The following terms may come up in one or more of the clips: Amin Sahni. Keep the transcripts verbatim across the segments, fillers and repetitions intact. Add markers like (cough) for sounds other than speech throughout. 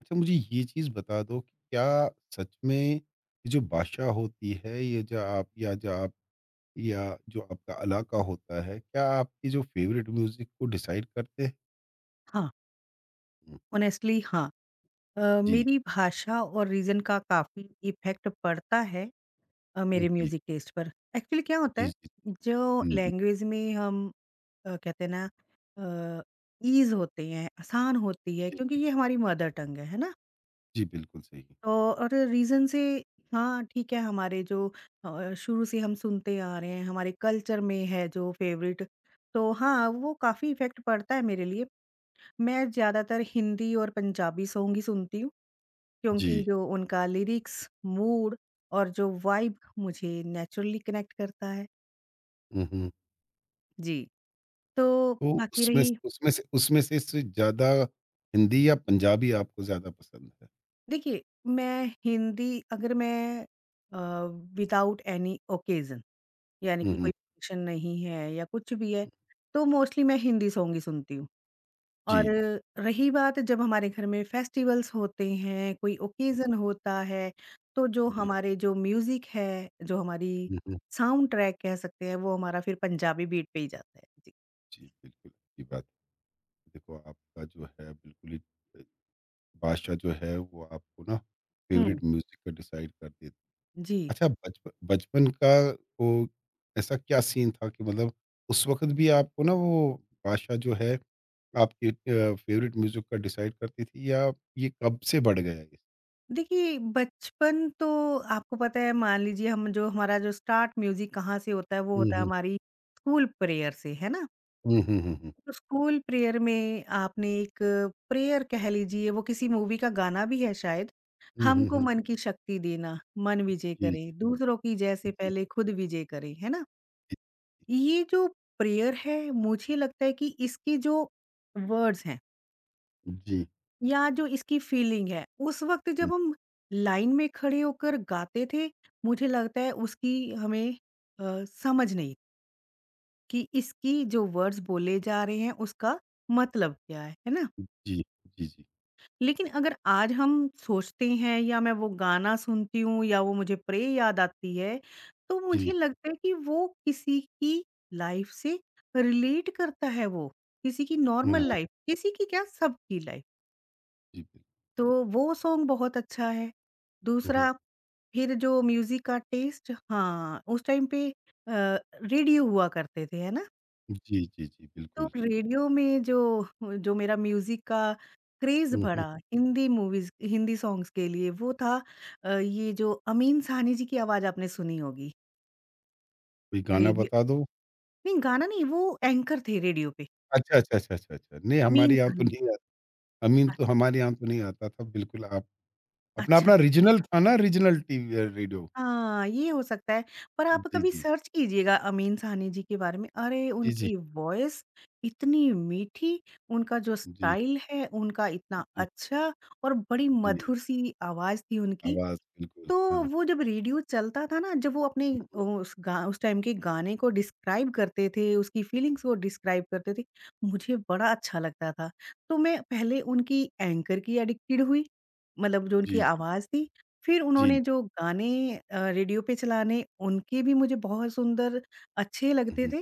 अच्छा, मुझे ये चीज़ बता दो कि क्या सच में ये जो भाषा होती है, ये जो आप या जो आप या जो आपका इलाका होता है क्या आपकी जो फेवरेट म्यूजिक को डिसाइड करते हैं? हाँ, हुँ, ऑनेस्टली हाँ। अ, जी, मेरी भाषा और रीज़न का काफ़ी इफ़ेक्ट पड़ता है अ, मेरे जी, म्यूज़िक टेस्ट पर। एक्चुअली क्या होता जी, है, जी। जो हुँ, हुँ। लैंग्वेज में हम अ, कहते हैं ना, अ, ईज़ होते हैं, आसान होती है जी, जी, क्योंकि ये हमारी जी, मदर जी। टंग है, है ना? जी, बिल्कुल सही। तो और रीज़न से, हाँ, ठीक है, हमारे जो अ, शुरू से हम सुनते आ रहे हैं, हमारे कल्चर में है जो फ़ेवरेट, तो हाँ, वो काफ़ी इफ़ेक्ट पड़ता है मेरे लिए। मैं ज़्यादातर हिंदी और पंजाबी सॉन्ग ही सुनती हूँ। क्योंकि जी। जो उनका लिरिक्स, मूड और जो वाइब मुझे नेचुरली कनेक्ट करता है। हुँ, हुँ। जी। तो तो बाकी उसमें से रही, उसमें से उसमें से से ज़्यादा हिंदी या पंजाबी आपको ज़्यादा पसंद है? देखिए, मैं हिंदी, अगर मैं अ, विदाउट एनी ओकेज़न, यानी हुँ, कि कोई हुँ। फंक्शन नहीं है या कुछ भी है, तो मोस्टली मैं हिंदी सॉन्ग ही सुनती हूँ। और जी, रही बात, जब हमारे घर में फेस्टिवल्स होते हैं, कोई जी, ओकेज़न होता है, तो जो जी। हमारे जो म्यूज़िक है, जो हमारी हुँ, हुँ। साउंड ट्रैक कह सकते हैं, वो हमारा फिर पंजाबी बीट पे ही जाता है। जी। जी, बिल्कुल अच्छी बात है। देखो, आपका जो है बिल्कुल ही बादशाह जो है वो आपको ना हुँ। फ़ेवरेट म्यूज़िक का डिसाइड कर देती। जी। अच्छा, बचपन बचपन का वो ऐसा क्या सीन था कि मतलब उस वक़्त भी आपको ना वो बादशाह जो है आपके अ, फ़ेवरेट म्यूज़िक का डिसाइड करती थी या ये कब से बढ़ गया है? देखिए, बचपन तो आपको पता है, मान लीजिए, हम जो, हमारा जो स्टार्ट म्यूज़िक कहाँ से होता है, वो हुँ, होता है हुँ। हमारी स्कूल प्रेयर से, है ना? हुँ, हुँ, हुँ, हुँ। तो स्कूल प्रेयर में आपने एक प्रेयर, कह लीजिए वो किसी मूवी का गाना भी है शायद, हुँ, हुँ, हमको हुँ। मन की शक्ति देना, मन विजय जी, जी, करें दूसरों की, जैसे जी, पहले खुद विजय करें, है ना। ये जो प्रेयर है, मुझे लगता है कि इसके जो वर्ड्स हैं जी, या जो इसकी फीलिंग है, उस वक्त हुँ, जब हम लाइन में खड़े होकर गाते थे, मुझे लगता है उसकी हमें अ, समझ नहीं कि इसकी जो वर्ड्स बोले जा रहे हैं उसका मतलब क्या है है ना। जी, जी, जी, लेकिन अगर आज हम सोचते हैं या मैं वो गाना सुनती हूँ या वो मुझे प्रे याद आती है, तो जी। मुझे लगता है कि वो किसी की लाइफ से रिलेट करता है वो, किसी की नॉर्मल हाँ, लाइफ, किसी की क्या, सबकी लाइफ। जी, बिल तो वो सॉन्ग बहुत अच्छा है। हुँ, दूसरा, हुँ। फिर जो म्यूज़िक का टेस्ट, हाँ, उस टाइम पे अ, रेडियो हुआ करते थे, है ना? जी, जी, जी, तो बिल्कुल। रेडियो में जो, जो मेरा म्यूज़िक का क्रेज़ हुँ, हुँ। बढ़ा, हिंदी मूवीज़ हिंदी सॉन्ग्स के लिए, वो था अ, ये जो अमीन साहनी जी की आवाज़ आपने सुनी होगी। कोई गाना रेडियो। बता दो? नहीं, गाना नहीं, वो एंकर थे रेडियो पे, अच्छा, अच्छा, अच्छा, अच्छा, अच्छा। नहीं, अमीन हमारे यहाँ तो साहनी। नहीं आ अमीन अ- तो हमारे यहाँ तो नहीं आता था बिल्कुल। आप अपना अच्छा, अपना अच्छा, रीजनल था ना, रीजनल टीवी, अ, रेडियो। हाँ, ये हो सकता है, पर आप जी, कभी जी। सर्च कीजिएगा अमीन साहनी जी के बारे में, अरे, जी, जी। उनकी वॉइस इतनी मीठी, उनका जो जी, स्टाइल है, उनका इतना जी, अच्छा, और बड़ी जी। मधुर सी आवाज़ थी उनकी। आवाज़ बिल्कुल तो हाँ। वो जब रेडियो चलता था ना, जब वो अपने अ, उस गा उस टाइम के गाने को डिस्क्राइब करते थे, उसकी फीलिंग्स को डिस्क्राइब करते थे, मुझे बड़ा अच्छा लगता था। तो मैं पहले उनकी एंकर की एडिक्टेड हुई, मतलब जो उनकी जी, जी, आवाज़ थी। फिर जी। उन्होंने जो गाने अ, रेडियो पे चलाने, उनके भी मुझे बहुत सुंदर अच्छे हुँ, लगते हुँ। थे,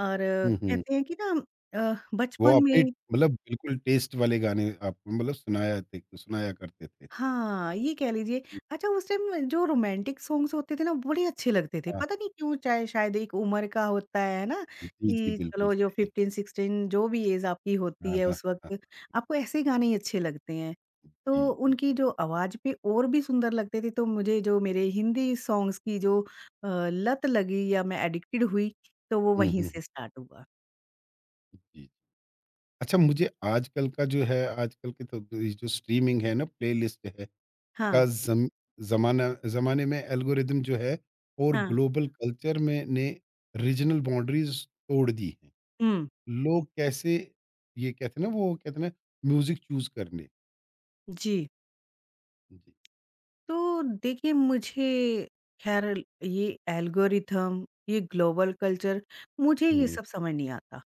और अ, हुँ, हुँ। कहते हैं कि ना, अ, वो बचपन अपने में, मतलब बिल्कुल टेस्ट वाले गाने आप मतलब सुनाया थे सुनाया करते थे। हाँ, ये कह लीजिए। अच्छा, उस टाइम जो रोमांटिक सॉन्ग्स होते थे ना, बड़े अच्छे लगते थे। हाँ। पता नहीं क्यों, चाहे शायद एक उम्र का होता है ना, जी, जी, कि बिल्कुल चलो, जो सही। फ़िफ़्टीन सिक्सटीन जो भी ऐज आपकी हाँ, होती है हाँ, उस हाँ, हाँ। वक़्त, आपको ऐसे गाने ही अच्छे लगते हैं। जी, तो जी, उनकी जी। जो आवाज़ पे और भी सुंदर लगते थे, तो मुझे जो, मेरे हिंदी सॉन्ग्स की जो अ, लत लगी या मैं एडिक्टेड हुई, तो वो हुँ, वहीं हुँ, हुँ। से स्टार्ट हुआ। जी। अच्छा, मुझे आजकल का जो है आजकल के तो ये जो स्ट्रीमिंग है ना, प्लेलिस्ट है हाँ, का ज़म ज़माना, ज़माने में एल्गोरिदम जो है और हाँ। ग्लोबल कल्चर में ने रीजनल बाउंड्रीज़ तोड़ दी हैं। हुँ। हुँ। लोग कैसे ये कहते हैं ना, वो कहते हैं ना म्यूज़िक चूज़ करने। जी। जी। तो देखिए, मुझे, ख़ैर ये एल्गोरिथम, ये ग्लोबल कल्चर, मुझे ये हुँ। सब समझ नहीं आता।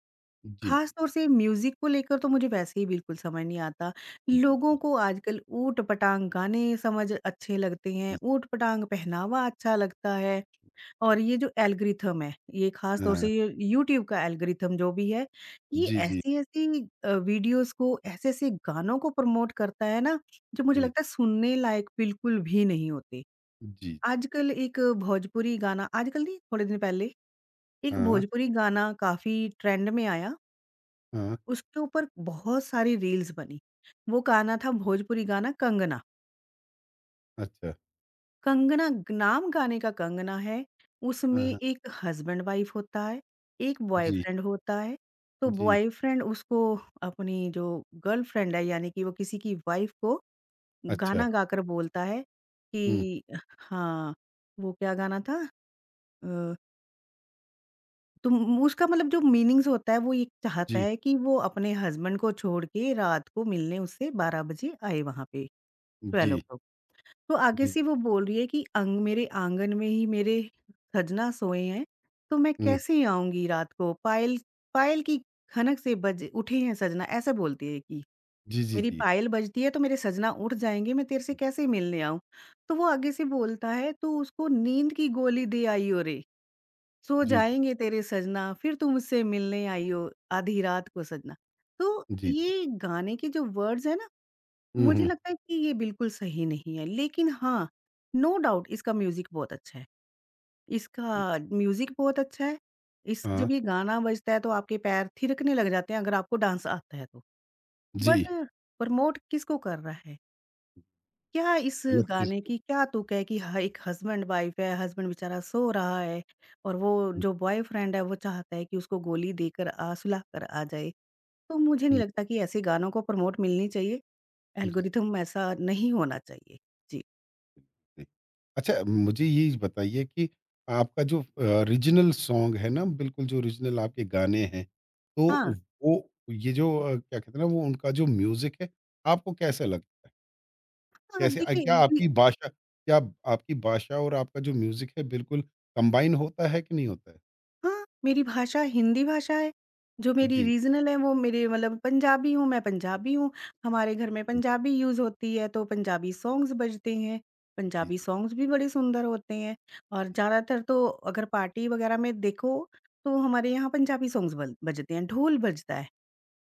जी, खास जी। तौर से म्यूज़िक को लेकर तो मुझे वैसे ही बिल्कुल समझ नहीं आता। जी, लोगों बिल्कुल। को आजकल ऊट-पटांग गाने समझ अच्छे लगते हैं, जी, जी। ऊट-पटांग पहनावा अच्छा लगता है। और ये जो एल्गोरिथम है, ये खास तौर से हाँ। ये यूट्यूब का एल्गोरिथम जो भी है, ये जी, जी, ऐसी-ऐसी अ, वीडियोज़ को, ऐसे-ऐसे गानों को प्रमोट करता है ना, जो मुझे जी। लगता है सुनने लायक बिल्कुल भी नहीं होते। जी। आजकल एक भोजपुरी गाना, आजकल नहीं, थोड़े दिन पहले, एक हाँ, भोजपुरी गाना काफ़ी ट्रेंड में आया। हाँ। उसके ऊपर बहुत सारी रील्स बनी। वो गाना था, भोजपुरी गाना कंगना। अच्छा। कंगना, ग नाम गाने का कंगना है, उसमें हाँ, हाँ। एक हस्बैंड वाइफ होता है, एक जी, बॉयफ्रेंड होता है। तो जी। बॉयफ्रेंड उसको, अपनी जो गर्लफ्रेंड है, यानी कि वो किसी की वाइफ को, अच्छा। गाना गाकर बोलता है हुँ। कि हाँ, वो क्या गाना था, अ, तुम, उसका मतलब जो मीनिंग्स होता है, वो ये चाहता जी, है कि वो अपने हस्बैंड को छोड़ के रात को मिलने उससे बारह बजे आए वहाँ पे। ट्वेल्व ओ जी, क्लॉक। तो आगे जी। से वो बोल रही है कि अंग, मेरे आंगन में ही मेरे खजना सोए हैं, तो मैं हुँ। कैसे आऊँगी रात को? पायल, पायल की खनक से बज उठे हैं सजना, ऐसा बोलती है कि जी, जी, मेरी जी। पायल बजती है तो मेरे सजना उठ जाएँगे, मैं तेरे से कैसे मिलने आऊँ? तो वो आगे से बोलता है, तू उसको नींद की गोली दे आई हो रे, सो जी, जी। जाएँगे तेरे सजना, फिर तू मुझसे मिलने आई हो आधी रात को सजना। तो जी, जी। ये गाने के जो वर्ड्स हैं, हुँ, मुझे हुँ। लगता है कि ये बिल्कुल सही नहीं है, लेकिन हाँ, नो डाउट इसका म्यूज़िक बहुत अच्छा है। जी। इसका म्यूज़िक बहुत अच्छा है। इस हाँ। जब ये गाना बजता है तो आपके पैर थिरकने लग जाते हैं, अगर आपको डांस आता है तो। जी। बट प्रमोट किसको कर रहा है? क्या इस अलग चीज़ गाने को। की क्या तुक है कि ह एक हस्बैंड-वाइफ है, हस्बैंड बेचारा सो रहा है और वो हुँ, जो बॉयफ्रेंड है वो चाहता है कि उसको गोली देकर अ, सुलाकर आ जाए। तो मुझे नहीं हुँ। लगता कि ऐसे गानों को प्रमोट मिलनी चाहिए, जी, जी। एल्गोरिथम ऐसा नहीं होना चाहिए। जी। अच्छा, मुझे ये बताइए कि आपका जो अ, ओरिजिनल सॉन्ग है ना, बिल्कुल जो ओरिजिनल आपके गाने हैं, तो हाँ, वो ये जो अ, क्या कहते हैं ना वो उनका जो म्यूज़िक है, आपको कैसा लगता है? हाँ, कैसे अ, देखिए क्या (laughs) बि आपकी भाषा क्या आपकी भाषा और आपका जो म्यूज़िक है बिल्कुल कंबाइन होता है कि नहीं होता है? हाँ, मेरी भाषा हिंदी भाषा है, जो मेरी जी। रीज़नल है वो, मेरे, मतलब पंजाबी हूँ, मैं पंजाबी हूँ, हमारे घर में हुँ, पंजाबी यूज़ होती है तो पंजाबी सॉन्ग्स बजते हैं, जी, पंजाबी जी, सॉन्ग्स भी बड़े सुंदर होते हैं और जी। ज़्यादातर तो अगर पार्टी वग़ैरह में देखो, तो हमारे यहाँ पंजाबी सॉन्ग्स बल बजते हैं, ढोल बजता है,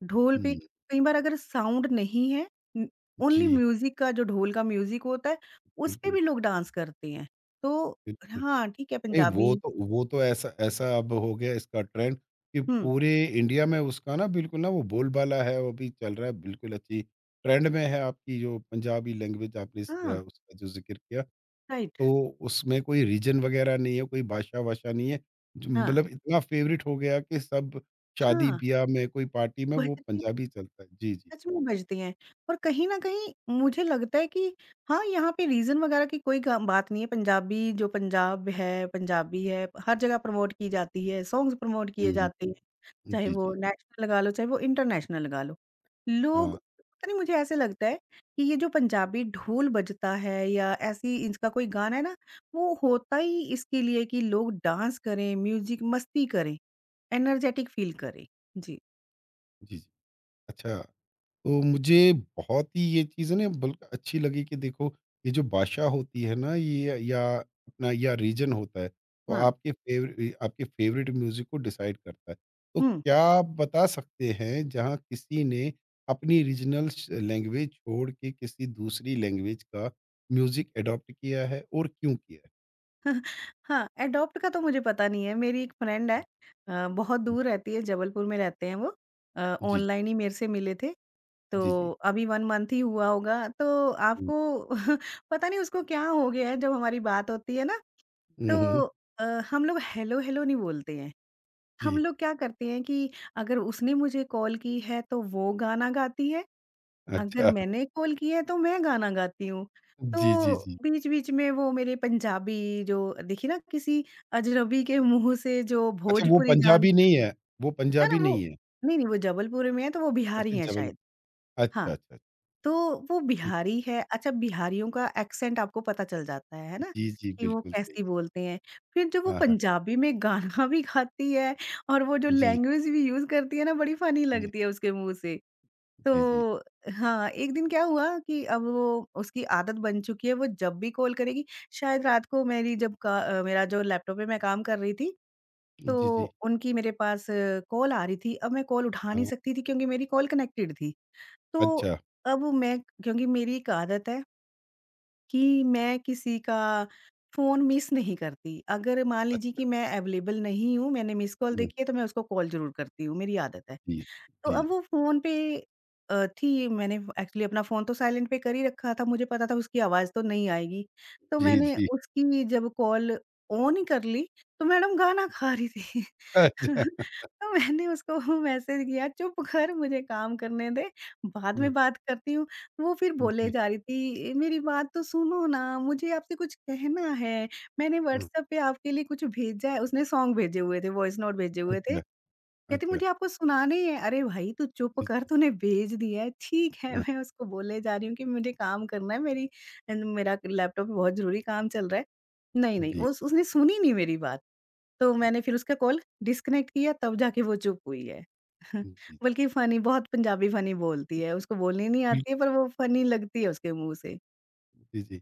ढोल पे हुँ, कई बार अगर साउंड नहीं है, उम, ओनली जी, म्यूज़िक का, जो ढोल का म्यूज़िक होता है, उस पे बिल्कुल, भी लोग डांस करते हैं, तो बिल्कुल। हाँ, ठीक है नहीं, पंजाबी। वो तो वो तो ऐसा ऐसा अब हो गया इसका ट्रेंड कि हुँ। पूरे इंडिया में उसका ना बिल्कुल ना वो बोलबाला है, वो अभी चल रहा है, बिल्कुल अच्छी ट्रेंड में है। आपकी जो पंजाबी लैंग्वेज आपने इस अ, हाँ, उसका जो ज़िक्र किया, राइट। तो उसमें कोई रीजन वगैरह नहीं है, कोई भाषा-वाषा नहीं है। ज हाँ, मतलब इतना फ़ेवरेट हो गया कि सब हाँ, शादी-ब्याह में, कोई पार्टी में वो बजती पंजाबी चलता है। जी, जी। सच में बजती हैं और कहीं न कहीं मुझे लगता है कि हाँ, यहाँ पे रीज़न वगैरह की कोई ग बात नहीं है, पंजाबी, जो पंजाब है, पंजाबी है, हर जगह प्रमोट की जाती है, सॉन्ग्स प्रमोट किए हुँ, जाते हैं, हुँ। चाहे जी, वो जी। नेशनल लगा लो, चाहे वो इंटरनेशनल लगा लो। हाँ, लोग, पता नहीं, मुझे ऐसे लगता है कि ये जो पंजाबी ढोल बजता है या ऐसी, इसका कोई गाना है ना, वो होता ही इसके लिए कि लोग डांस करें, म्यूज़िक मस्ती करें। एनर्जेटिक फ़ील करे। जी, जी, जी। अच्छा। तो मुझे बहुत ही ये चीज़ें ना बल्कि अच्छी लगी कि देखो ये जो भाषा होती है ना, ये या अपना या रीजन होता है तो हाँ, आपके फेवरेट आपके फेवरेट म्यूजिक को डिसाइड करता है। तो हुँ। क्या आप बता सकते हैं जहाँ किसी ने अपनी रीजनल लैंग्वेज छोड़ के किसी दूसरी लैंग्वेज का म्यूजिक अडॉप्ट किया है और क्यों किया है? (laughs) हाँ, एडॉप्ट का तो मुझे पता नहीं है, मेरी एक फ्रेंड है, अ, बहुत दूर जी, रहती है, जबलपुर में रहते हैं वो। अ, जी, ऑनलाइन ही मेरे से मिले थे, जी, जी, तो जी। अभी वन मंथ ही हुआ होगा, तो आपको (laughs) पता नहीं उसको क्या हो गया है, जब हमारी बात होती है ना, तो हम्म। अ, हम लोग हेलो, हेलो नहीं बोलते हैं। हम जी। लोग क्या करते हैं कि अगर उसने मुझे कॉल की है, तो वो गाना गाती है, अगर अच्छा। मैंने कॉल किया है तो मैं गाना गाती हूँ। जी, तो जी, जी। बीच-बीच में वो मेरे पंजाबी, जो, देखिए ना, किसी अजनबी के मुँह से जो अच्छा, वो भोजपुरी जान, पंजाबी नहीं है, वो है पंजाबी ना, वो, नहीं है। नहीं-नहीं, वो जबलपुर में है तो वो बिहारी अच्छा, हैं जबल शायद। हाँ, अच्छा, अच्छा, तो वो ठीक है। बिहारी है, अच्छा, बिहारियों का एक्सेंट आपको पता चल जाता है, है ना? जी, जी, कि वो बिल्कुल कैसे सही। बोलते हैं। फिर जब वो हाँ, हाँ। पंजाबी में गाना भी गाती है और वो जो जी, लैंग्वेज भी यूज़ करती है ना, बड़ी फ़नी जी, लगती है उसके मुँह से। जी, जी। तो हाँ, एक दिन क्या हुआ कि, अब वो, उसकी आदत बन चुकी है, वो जब भी कॉल करेगी, शायद रात को, मेरी जब का अ, मेरा जो, लैपटॉप पे मैं काम कर रही थी, जी, तो जी। उनकी मेरे पास कॉल आ रही थी। अब मैं कॉल उठा नहीं हाँ, सकती थी क्योंकि मेरी कॉल कनेक्टेड थी। तो अच्छा, अब मैं, क्योंकि मेरी एक आदत है कि मैं किसी का फ़ोन मिस नहीं करती। अगर मान अच लीजिए कि मैं अवेलेबल नहीं हूँ, मैंने मिस्ड कॉल हुँ, देखी है तो मैं उसको कॉल ज़रूर करती हूँ, मेरी आदत है। जी, तो जी, अब वो फ़ोन पे अ, थी, मैंने एक्चुअली अपना फ़ोन तो साइलेंट पे कर ही रखा था, मुझे पता था उसकी आवाज़ तो नहीं आएगी। तो जी, मैंने जी। उसकी जब कॉल ऑन ही कर ली, तो मैडम गाना गा रही थी। (laughs) अच्छा, तो मैंने उसको मैसेज किया, "चुप कर मुझे काम करने दे, बाद हाँ, में बात करती हूँ।" वो फिर बोले जी, जा रही थी, "मेरी बात तो सुनो ना, मुझे आपसे कुछ कहना है, मैंने हाँ, व्हाट्सएप पे आपके लिए कुछ भेजा है।" उसने सॉन्ग भेजे हुए थे, वॉइस नोट भेजे हुए थे। अच्छा, कहती अच्छा, मुझे आपको सुनाने हैं। अरे भाई, तू चुप जी, कर, जी, तूने भेज दिया है। ठीक है, हाँ, मैं उसको बोले जा रही हूँ कि मुझे काम करना है, मेरी मेरा लैपटॉप पे बहुत ज़रूरी काम चल रहा है। नहीं, नहीं, जी, उस उसने सुनी नहीं मेरी बात। तो मैंने फिर उसका कॉल डिस्कनेक्ट किया, तब जाके वो चुप हुई है। (laughs) जी, बल्कि फ़नी, बहुत पंजाबी फ़नी बोलती है। उसको बोलनी नहीं आती बिल्कुल, है पर वो फ़नी लगती है उसके मुँह से। जी, जी।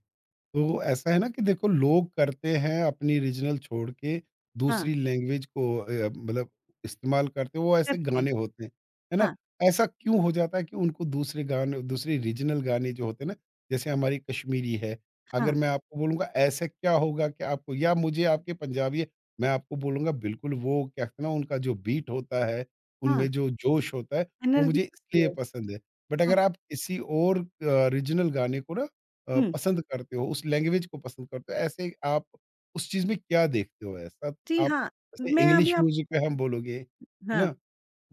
तो ऐसा है ना कि देखो, लोग करते हैं अपनी रीजनल छोड़ के हाँ, दूसरी लैंग्वेज को अ, मतलब इस्तेमाल करते हैं, वो ऐसे करते हैं। गाने होते हैं, है ना? हाँ, ऐसा क्यों हो जाता है कि उनको दूसरे गाने, दूसरे रीजनल गाने जो होते हैं ना, जैसे हमारी कश्मीरी है, हाँ, अगर मैं आपको बोलूंगा ऐसा क्या होगा कि आपको या मुझे आपके पंजाबी है, मैं आपको बोलूंगा बिल्कुल वो क्या कहते हैं ना, उनका जो बीट होता है, हाँ, उनमें जो जोश होता है, वो एनर्जी। मुझे इसलिए हुँ, पसंद है। बट अगर आप किसी और रीजनल गाने को ना अ, हुँ। पसंद करते हो, उस लैंग्वेज को पसंद करते हो, ऐसे आप उस चीज़ में क्या देखते हो ऐसा? जी आप हाँ, जैसे मैं अभी इंग्लिश आप म्यूज़िक में हम बोलोगे, है हाँ, ना?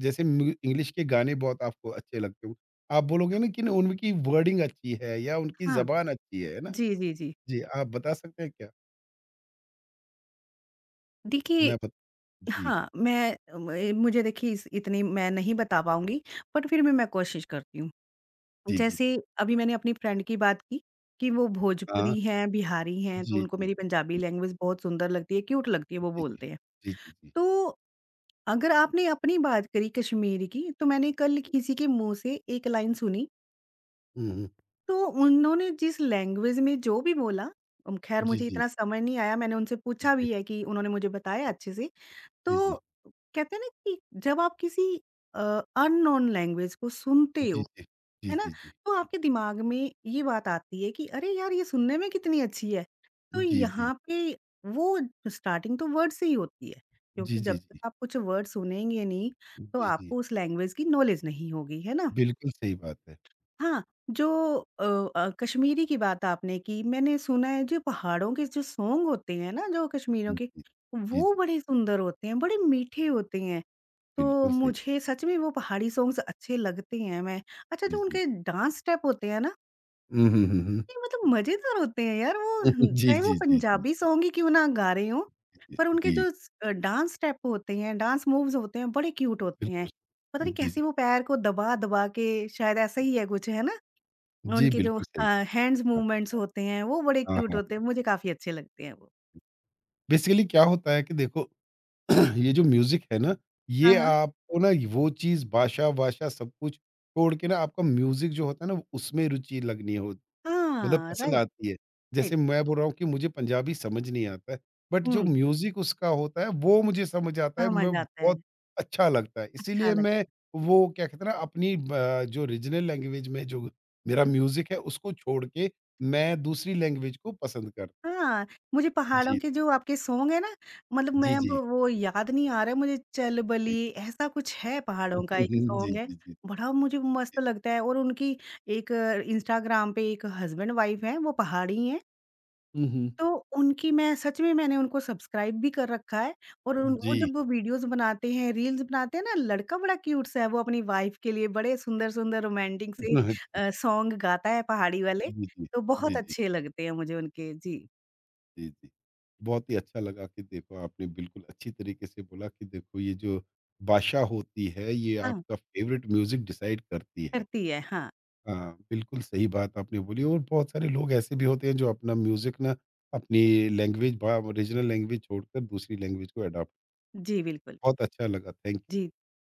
जैसे म्यू इंग्लिश के गाने बहुत आपको अच्छे लगते हो। आप बोलोगे ना कि न उनकी वर्डिंग अच्छी है या उनकी हाँ। ज़बान अच्छी है, है ना? जी, जी, जी। जी, आप बता सकते हैं क्या? देखिए, मैं बत जी, हाँ, मैं म मुझे देखिए, इस इतनी मैं नहीं बता पाऊँगी, बट फिर भी मैं कोशिश करती हूँ। जी, जी, जी। जैसे, अभी मैंने अपनी फ्रेंड की बात की, कि वो हाँ, भोजपुरी हैं, बिहारी हैं, तो जी, उनको जी, मेरी पंजाबी जी, लैंग्वेज बहुत सुंदर लगती है, क्यूट लगती है, वो जी, जी। बोलते हैं। जी, जी, जी। तो अगर आपने अपनी बात करी कश्मीर की, तो मैंने कल किसी के मुँह से एक लाइन सुनी, हुँ, हुँ। तो उन्होंने जिस लैंग्वेज में जो भी बोला, उम, खैर जी, मुझे जी, इतना समझ नहीं आया, मैंने उनसे जी, पूछा जी, भी है कि उन्होंने मुझे बताया अच्छे से। तो जी। कहते हैं ना कि जब आप किसी अननोन लैंग्वेज को सुनते जी, हो, जी। जी, है ना? जी, जी। तो आपके दिमाग में ये बात आती है कि अरे यार, ये सुनने में कितनी अच्छी है। तो जी, जी। यहाँ पे वो स्टार्टिंग तो वर्ड से ही होती है, जी, क्योंकि जब जी, तक जी। आप कुछ वर्ड सुनेंगे नहीं, तो जी, जी। आपको उस लैंग्वेज की नॉलेज नहीं होगी, है ना? बिल्कुल सही बात है। हाँ, जो अ अ, कश्मीरी की बात आपने की, मैंने सुना है जो पहाड़ों के जो सॉन्ग होते हैं ना, जो कश्मीरियों जी, के, जी। जी, वो जी, बड़े सुंदर होते हैं, बड़े मीठे होते हैं। तो बिल्कुल सही। मुझे सच में वो पहाड़ी सॉन्ग्स अच्छे लगते हैं। मैं अच्छा, जी, जो जी। उनके डांस स्टेप होते हैं ना, हुँ, हुँ, हुँ, हुँ। ये मतलब मज़ेदार होते हैं यार, वो, जी, चाहे वो जी, जी, जी, पंजाबी सॉन्ग ही क्यों ना गा रहे हों, जी, पर उनके जी, जो स अ, डांस स्टेप होते हैं, डांस मूव्स होते हैं, बड़े क्यूट होते हैं। बिल्कुल। पता नहीं जी, कैसे, जी। वो पैर को दबा-दबा के, शायद ऐसा ही है कुछ, है ना? जी, उनके जो बिल्कुल अ, सही। हैंड्स हाँ, मूवमेंट्स होते हैं, वो बड़े हाँ, क्यूट हाँ, होते हाँ। हैं, मुझे काफ़ी अच्छे लगते हैं वो। बेसिकली क्या होता है कि देखो (clears throat) ये जो म्यूज़िक है ना, हाँ, ये हाँ। आपको ना वो चीज़ भाषा-वाषा सब कुछ छोड़ के ना आपका म्यूज़िक जो होता है ना उसमें रुचि लगनी हो मतलब हाँ, पसंद राइट, आती है। राइट। जैसे मैं बोल रहा हूँ कि मुझे पंजाबी समझ नहीं आता है, बट जो हुँ, म्यूज़िक उसका होता है वो मुझे समझ आता है, समझ मैं आता है, बहुत अच्छा लगता है। अच्छा इसीलिए लगता मैं है। वो क्या कहते हैं ना अपनी ब जो रीजनल लैंग्वेज में जो मेरा म्यूज़िक है उसको छोड़ के मैं दूसरी लैंग्वेज को पसंद कर। हाँ, मुझे पहाड़ों जी। के जो आपके सॉन्ग है ना, मतलब, मैं जी, अब जी, वो याद नहीं आ रहा है मुझे, चल जी। बली, ऐसा कुछ है, पहाड़ों का (laughs) एक जी, जी, सॉन्ग है, जी। बड़ा मुझे मस्त लगता है, और उनकी एक, इंस्टाग्राम पे एक हस्बैंड वाइफ हैं, वो पहाड़ी हैं, हुँ, हुँ। तो उनकी, मैं सच में मैंने उनको सब्सक्राइब भी कर रखा है, और उन वो जी। जब वो वीडियोज़ बनाते हैं, रील्स बनाते हैं ना, लड़का बड़ा क्यूट सा है, वो अपनी वाइफ के लिए बड़े सुंदर-सुंदर रोमांटिक (laughs) से अच्छा, अच्छा। अ, सॉन्ग गाता है पहाड़ी वाले, जी, जी। तो बहुत जी, जी। अच्छे लगते हैं मुझे उनके। जी, जी, जी। बहुत ही अच्छा लगा कि देखो आपने बिल्कुल अच्छी तरीके से बोला कि देखो ये जो भाषा होती है ये हाँ। आपका फ़ेवरेट म्यूज़िक डिसाइड करती है। करती है, हाँ। हाँ, बिल्कुल सही बात आपने बोली और बहुत सारे लोग ऐसे भी होते हैं जो अपना म्यूज़िक ना अपनी लैंग्वेज बा रीजनल लैंग्वेज छोड़कर दूसरी लैंग्वेज को अडॉप्ट। जी, बिल्कुल। बहुत अच्छा लगा। Thank you. जी,